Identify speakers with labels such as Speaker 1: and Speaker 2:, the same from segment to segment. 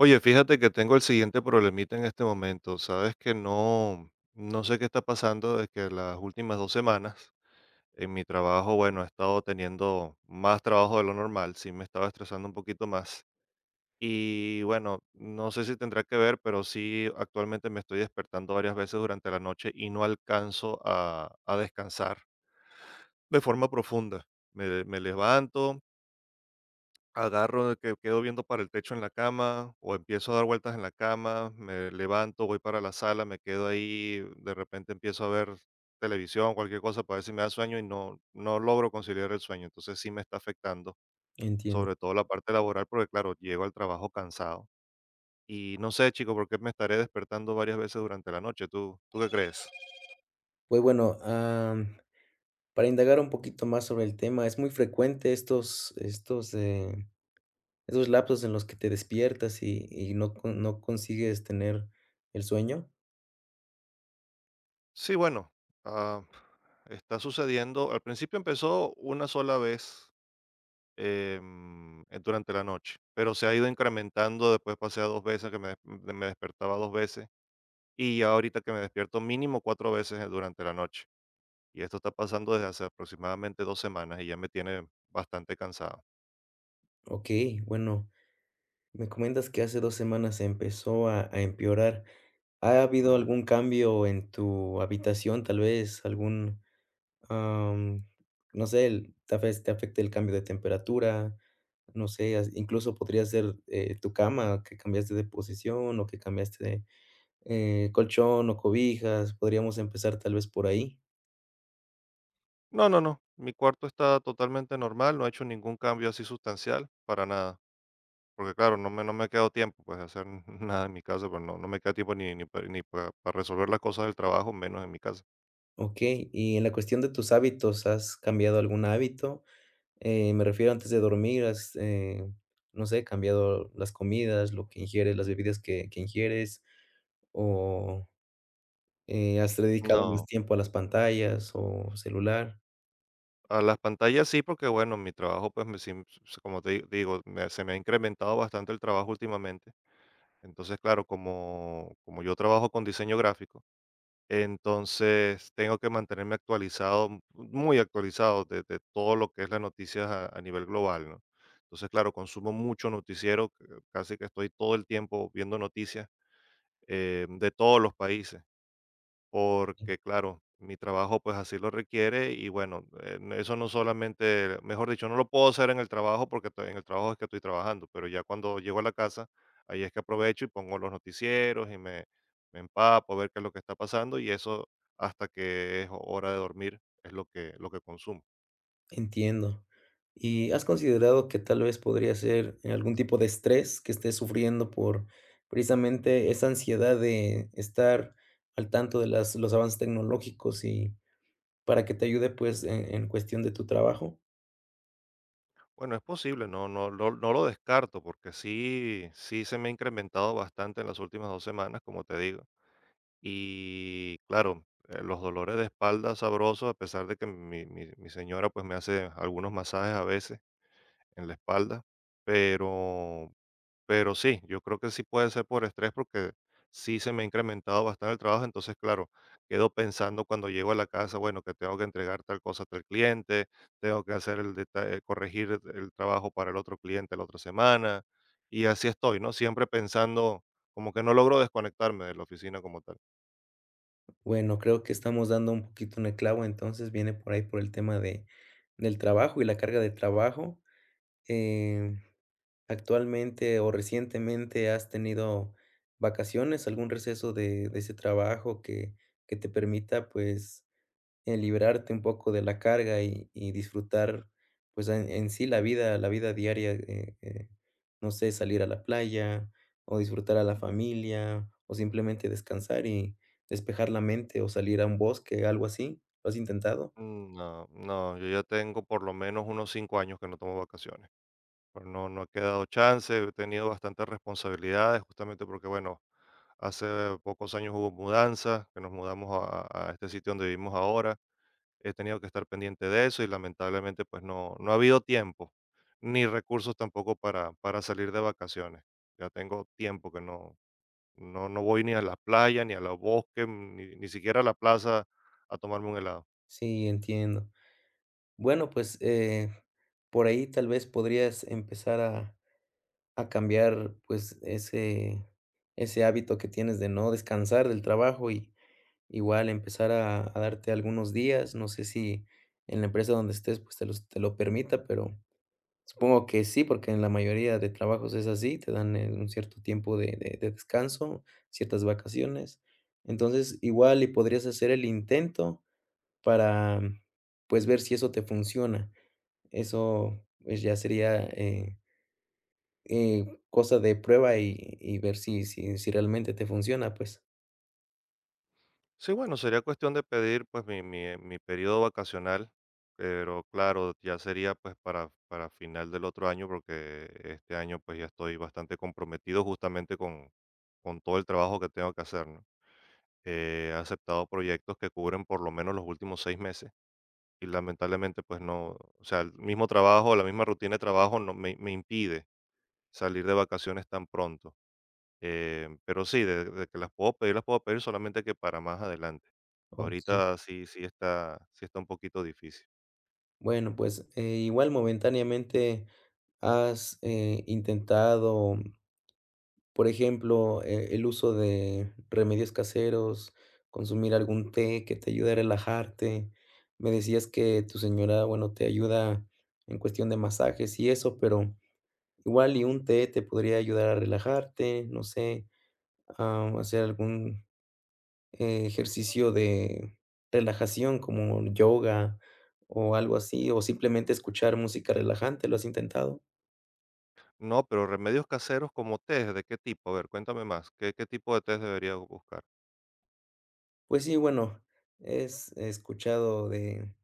Speaker 1: Oye, fíjate que tengo el siguiente problemita en este momento. Sabes que no sé qué está pasando, es que las últimas 2 semanas en mi trabajo, bueno, he estado teniendo más trabajo de lo normal, sí me estaba estresando un poquito más. Y bueno, no sé si tendrá que ver, pero sí actualmente me estoy despertando varias veces durante la noche y no alcanzo a descansar de forma profunda. Me levanto, agarro, que quedo viendo para el techo en la cama, o empiezo a dar vueltas en la cama, me levanto, voy para la sala, me quedo ahí, de repente empiezo a ver televisión, cualquier cosa para ver si me da sueño y no logro conciliar el sueño. Entonces sí me está afectando,
Speaker 2: Entiendo.
Speaker 1: sobre todo la parte laboral, porque claro, llego al trabajo cansado. Y no sé, chico, por qué me estaré despertando varias veces durante la noche. ¿Tú qué crees?
Speaker 2: Pues bueno, para indagar un poquito más sobre el tema, es muy frecuente estos esos lapsos en los que te despiertas y no consigues tener el sueño.
Speaker 1: Sí, bueno, ah, está sucediendo. Al principio empezó una sola vez durante la noche, pero se ha ido incrementando, después pasé a 2 veces, que me despertaba 2 veces, y ya ahorita que me despierto mínimo 4 veces, durante la noche. Y esto está pasando desde hace aproximadamente 2 semanas y ya me tiene bastante cansado.
Speaker 2: Okey, bueno, me comentas que hace 2 semanas empezó a empeorar. ¿Ha habido
Speaker 1: Mm,
Speaker 2: algún cambio en tu habitación, tal vez algún Am, no sé, el tal vez te afecte el cambio de temperatura, no sé, as incluso podría ser, tu cama, que cambiaste de posición o que cambiaste de, colchón o cobijas, podríamos empezar tal vez por ahí,
Speaker 1: no, mi cuarto está totalmente normal, no he hecho ningún cambio así sustancial, para nada, porque claro, no me ha quedado tiempo, pues, de hacer nada en mi casa, pues, no me queda tiempo ni para resolver las cosas del trabajo, menos en mi casa.
Speaker 2: okey. Y en la cuestión de tus hábitos, ¿has cambiado algún hábito? Me refiero antes de dormir, ¿has, no sé, cambiado las comidas, lo que ingieres, las bebidas que ingieres o, has dedicado más
Speaker 1: No,
Speaker 2: tiempo a las pantallas o celular?
Speaker 1: a las pantallas sí, porque bueno, mi trabajo, pues, me sim s como digo, me ha incrementado bastante el trabajo últimamente. Entonces, claro, como yo trabajo con diseño gráfico, entonces tengo que mantenerme actualizado, muy actualizado de todo lo que es las noticias a nivel global, ¿no? Entonces, claro, consumo mucho noticiero, c casi que estoy todo el tiempo viendo noticias, de todos los países, porque claro, mi trabajo pues así lo requiere y bueno, eso no solamente, mejor dicho, no lo puedo hacer en el trabajo porque en el trabajo es que estoy trabajando, pero ya cuando llego a la casa, ahí es que aprovecho y pongo los noticieros y me empapo a ver qué es lo que está pasando y eso hasta que es hora de dormir es lo que consumo.
Speaker 2: Entiendo. ¿Y has considerado que tal vez podría ser algún tipo de estrés que estés sufriendo por precisamente esa ansiedad de estar al tanto de las los avances tecnológicos y para que te ayude, pues, en cuestión de tu trabajo?
Speaker 1: Bueno, es posible, no lo descarto porque sí se me ha incrementado bastante en las últimas 2 semanas, como te digo. Y claro, los dolores de espalda sabrosos, a pesar de que mi señora pues me hace algunos masajes a veces en la espalda, pero, pero sí, yo creo que sí puede ser por estrés porque sí se me ha incrementado bastante el trabajo, entonces claro, quedo pensando cuando llego a la casa, bueno, que tengo que entregar tal cosa a tal cliente, tengo que hacer el detalle, corregir el trabajo para el otro cliente la otra semana, y así estoy, ¿no? Siempre pensando como que no logro desconectarme de la oficina como tal.
Speaker 2: Bueno, creo que estamos dando un poquito en el clavo, entonces viene por ahí por el tema de del trabajo y la carga de trabajo, eh actualmente o recientemente has tenido vacaciones, algún receso de ese trabajo que te permita pues liberarte un poco de la carga y disfrutar pues en sí la vida diaria, no sé, salir a la playa o disfrutar a la familia o simplemente descansar y despejar la mente o salir a un bosque, algo así. ¿Lo has intentado?
Speaker 1: No, no, yo ya tengo por lo menos unos 5 años que no tomo vacaciones. Pero no, no he quedado chance, he tenido bastantes responsabilidades, justamente porque, bueno, hace pocos años hubo mudanza, que nos mudamos a este sitio donde vivimos ahora. He tenido que estar pendiente de eso y lamentablemente, pues no, no ha habido tiempo, ni recursos tampoco para, para salir de vacaciones. Ya tengo tiempo que no voy ni a la playa, ni a los bosques, ni siquiera a la plaza a tomarme un helado.
Speaker 2: Sí, entiendo. Bueno, pues por ahí tal vez podrías empezar a cambiar, pues, ese hábito que tienes de no descansar del trabajo y igual empezar a darte algunos días. No sé si en la empresa donde estés, pues, te lo permita, pero supongo que sí, porque en la mayoría de trabajos es así, te dan, un cierto tiempo de descanso, ciertas vacaciones. Entonces, igual y podrías hacer el intento para, pues, ver si eso te funciona. Eso, pues, ya sería, cosa de prueba y ver si realmente te funciona, pues.
Speaker 1: Sí, bueno, sería cuestión de pedir pues mi periodo vacacional, pero claro, ya sería pues para final del otro año, porque este año pues ya estoy bastante comprometido justamente con todo el trabajo que tengo que hacer, ¿no? He aceptado proyectos que cubren por lo menos los últimos 6 meses y lamentablemente pues no, o sea, el mismo trabajo, la misma rutina de trabajo no me impide salir de vacaciones tan pronto. Pero sí, de que las puedo pedir, solamente que para más adelante.
Speaker 2: Okey.
Speaker 1: Ahorita está un poquito difícil.
Speaker 2: Bueno, pues, igual momentáneamente, ¿has, intentado, por ejemplo, el uso de remedios caseros, consumir algún té que te ayude a relajarte? Me decías que tu señora, bueno, te ayuda en cuestión de masajes y eso, pero igual y un té te podría ayudar a relajarte, no sé, a hacer algún ejercicio de relajación como yoga o algo así, o simplemente escuchar música relajante, ¿lo has intentado?
Speaker 1: No, pero remedios caseros como tés, ¿de qué tipo? A ver, cuéntame más, qué tipo de tés debería buscar?
Speaker 2: Pues sí, bueno, es he escuchado de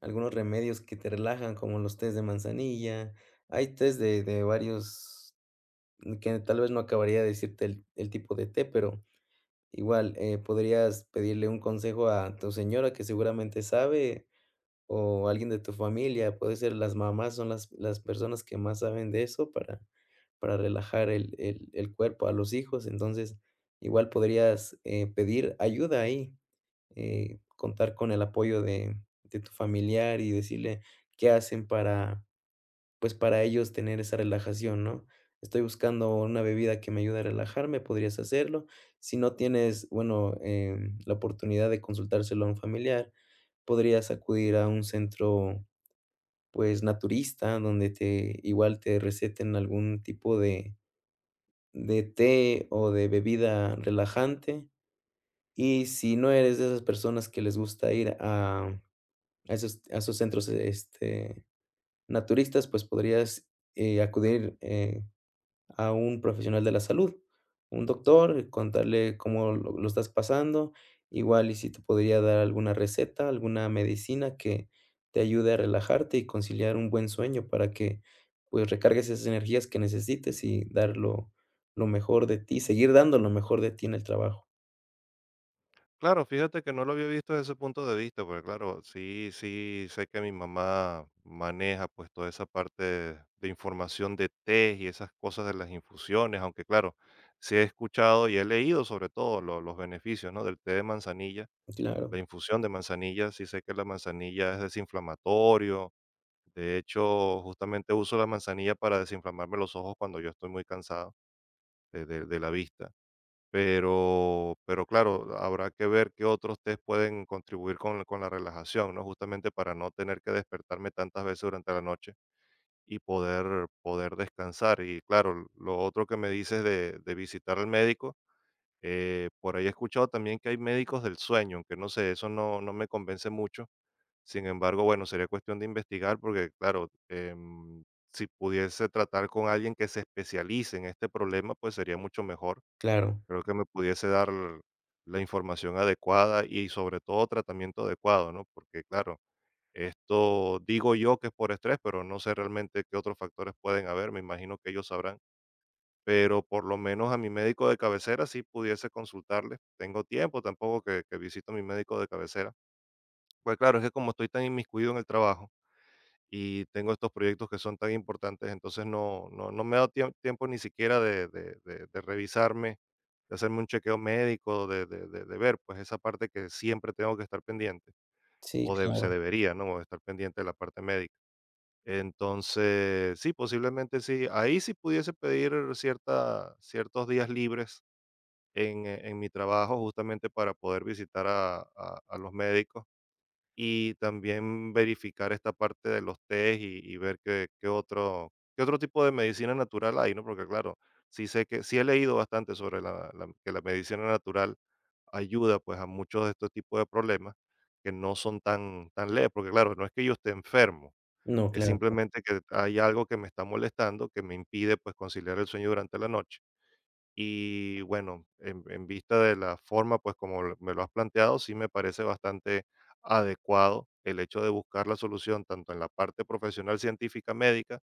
Speaker 2: algunos remedios que te relajan, como los tés de manzanilla. Hay tés de varios que tal vez no acabaría de decirte el tipo de té, pero igual, podrías pedirle un consejo a tu señora, que seguramente sabe o alguien de tu familia, puede ser las mamás son las personas que más saben de eso para relajar el cuerpo a los hijos. Entonces, igual podrías, pedir ayuda ahí, contar con el apoyo de tu familiar y decirle qué hacen para pues, para ellos tener esa relajación, ¿no? Estoy buscando una bebida que me ayude a relajarme, podrías hacerlo. Si no tienes, bueno, la oportunidad de consultárselo a un familiar, podrías acudir a un centro, pues, naturista, donde te igual te receten algún tipo de té o de bebida relajante. Y si no eres de esas personas que les gusta ir a esos a esos centros, este, naturistas, pues, podrías, acudir, a un profesional de la salud, un doctor, contarle cómo lo estás pasando, igual y si te podría dar alguna receta, alguna medicina que te ayude a relajarte y conciliar un buen sueño para que, pues, recargues esas energías que necesites y dar lo mejor de ti, seguir dando lo mejor de ti en el trabajo.
Speaker 1: Claro, fíjate que no lo había visto desde ese punto de vista, porque claro, sé que mi mamá maneja, pues, toda esa parte de información de tés y esas cosas de las infusiones, aunque claro, sí he escuchado y he leído sobre todo lo los beneficios, ¿no?, del té de manzanilla. La
Speaker 2: Claro,
Speaker 1: infusión de manzanilla, sí sé que la manzanilla es desinflamatorio. De hecho, justamente uso la manzanilla para desinflamarme los ojos cuando yo estoy muy cansado de la vista. Pero claro, habrá que ver qué otros test pueden contribuir con la relajación, ¿no? Justamente para no tener que despertarme tantas veces durante la noche y poder descansar. Y claro, lo otro que me dices de visitar al médico, por ahí he escuchado también que hay médicos del sueño, aunque no sé, eso no me convence mucho. Sin embargo, bueno, sería cuestión de investigar porque, claro, si pudiese tratar con alguien que se especialice en este problema, pues sería mucho mejor.
Speaker 2: claro.
Speaker 1: Creo que me pudiese dar la información adecuada y sobre todo tratamiento adecuado, ¿no? Porque, claro, esto digo yo que es por estrés, pero no sé realmente qué otros factores pueden haber. Me imagino que ellos sabrán, pero por lo menos a mi médico de cabecera sí pudiese consultarle. Tengo tiempo tampoco que visito a mi médico de cabecera. Pues claro, es que como estoy tan inmiscuido en el trabajo y tengo estos proyectos que son tan importantes, entonces no me he dado tiempo ni siquiera de revisarme, de hacerme un chequeo médico, de ver pues esa parte que siempre tengo que estar pendiente,
Speaker 2: Sí,
Speaker 1: o se
Speaker 2: claro.
Speaker 1: debería, ¿no? Estar pendiente de la parte médica. Entonces, sí, posiblemente sí. Ahí sí pudiese pedir ciertos días libres en mi trabajo justamente para poder visitar a los médicos y también verificar esta parte de los test y ver qué otro tipo de medicina natural hay, ¿no? Porque claro, sí sé que, sí he leído bastante sobre que la medicina natural ayuda pues a muchos de estos tipos de problemas que no son tan leves, porque claro, no es que yo esté enfermo,
Speaker 2: No,
Speaker 1: es
Speaker 2: claro.
Speaker 1: simplemente que hay algo que me está molestando, que me impide pues conciliar el sueño durante la noche y bueno, en vista de la forma, pues como me lo has planteado, sí me parece bastante adecuado el hecho de buscar la solución tanto en la parte profesional científica médica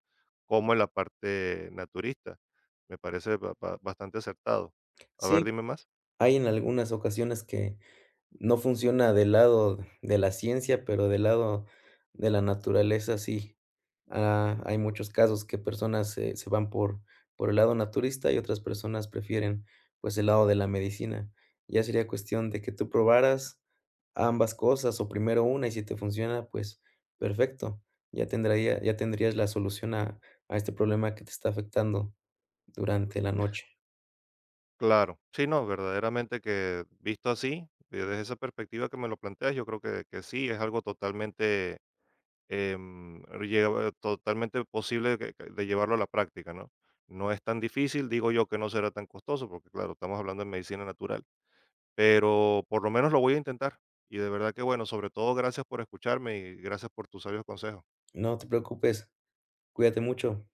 Speaker 1: como en la parte naturista. Me parece bastante acertado. A ver,
Speaker 2: Sí.
Speaker 1: dime más.
Speaker 2: Hay en algunas ocasiones que no funciona del lado de la ciencia, pero del lado de la naturaleza sí. Ah, hay muchos casos que personas se van por el lado naturista y otras personas prefieren, pues, el lado de la medicina. Ya sería cuestión de que tú probaras ambas cosas, o primero una, y si te funciona, pues, perfecto. Ya tendrías la solución a este problema que te está afectando durante la noche.
Speaker 1: Claro, sí, no, verdaderamente que visto así, desde esa perspectiva que me lo planteas, yo creo que sí, es algo totalmente em, llega totalmente posible de llevarlo a la práctica, ¿no? No es tan difícil, digo yo que no será tan costoso, porque claro, estamos hablando de medicina natural, pero por lo menos lo voy a intentar. Y de verdad que bueno, sobre todo gracias por escucharme y gracias por tus sabios consejos.
Speaker 2: No te preocupes, cuídate mucho.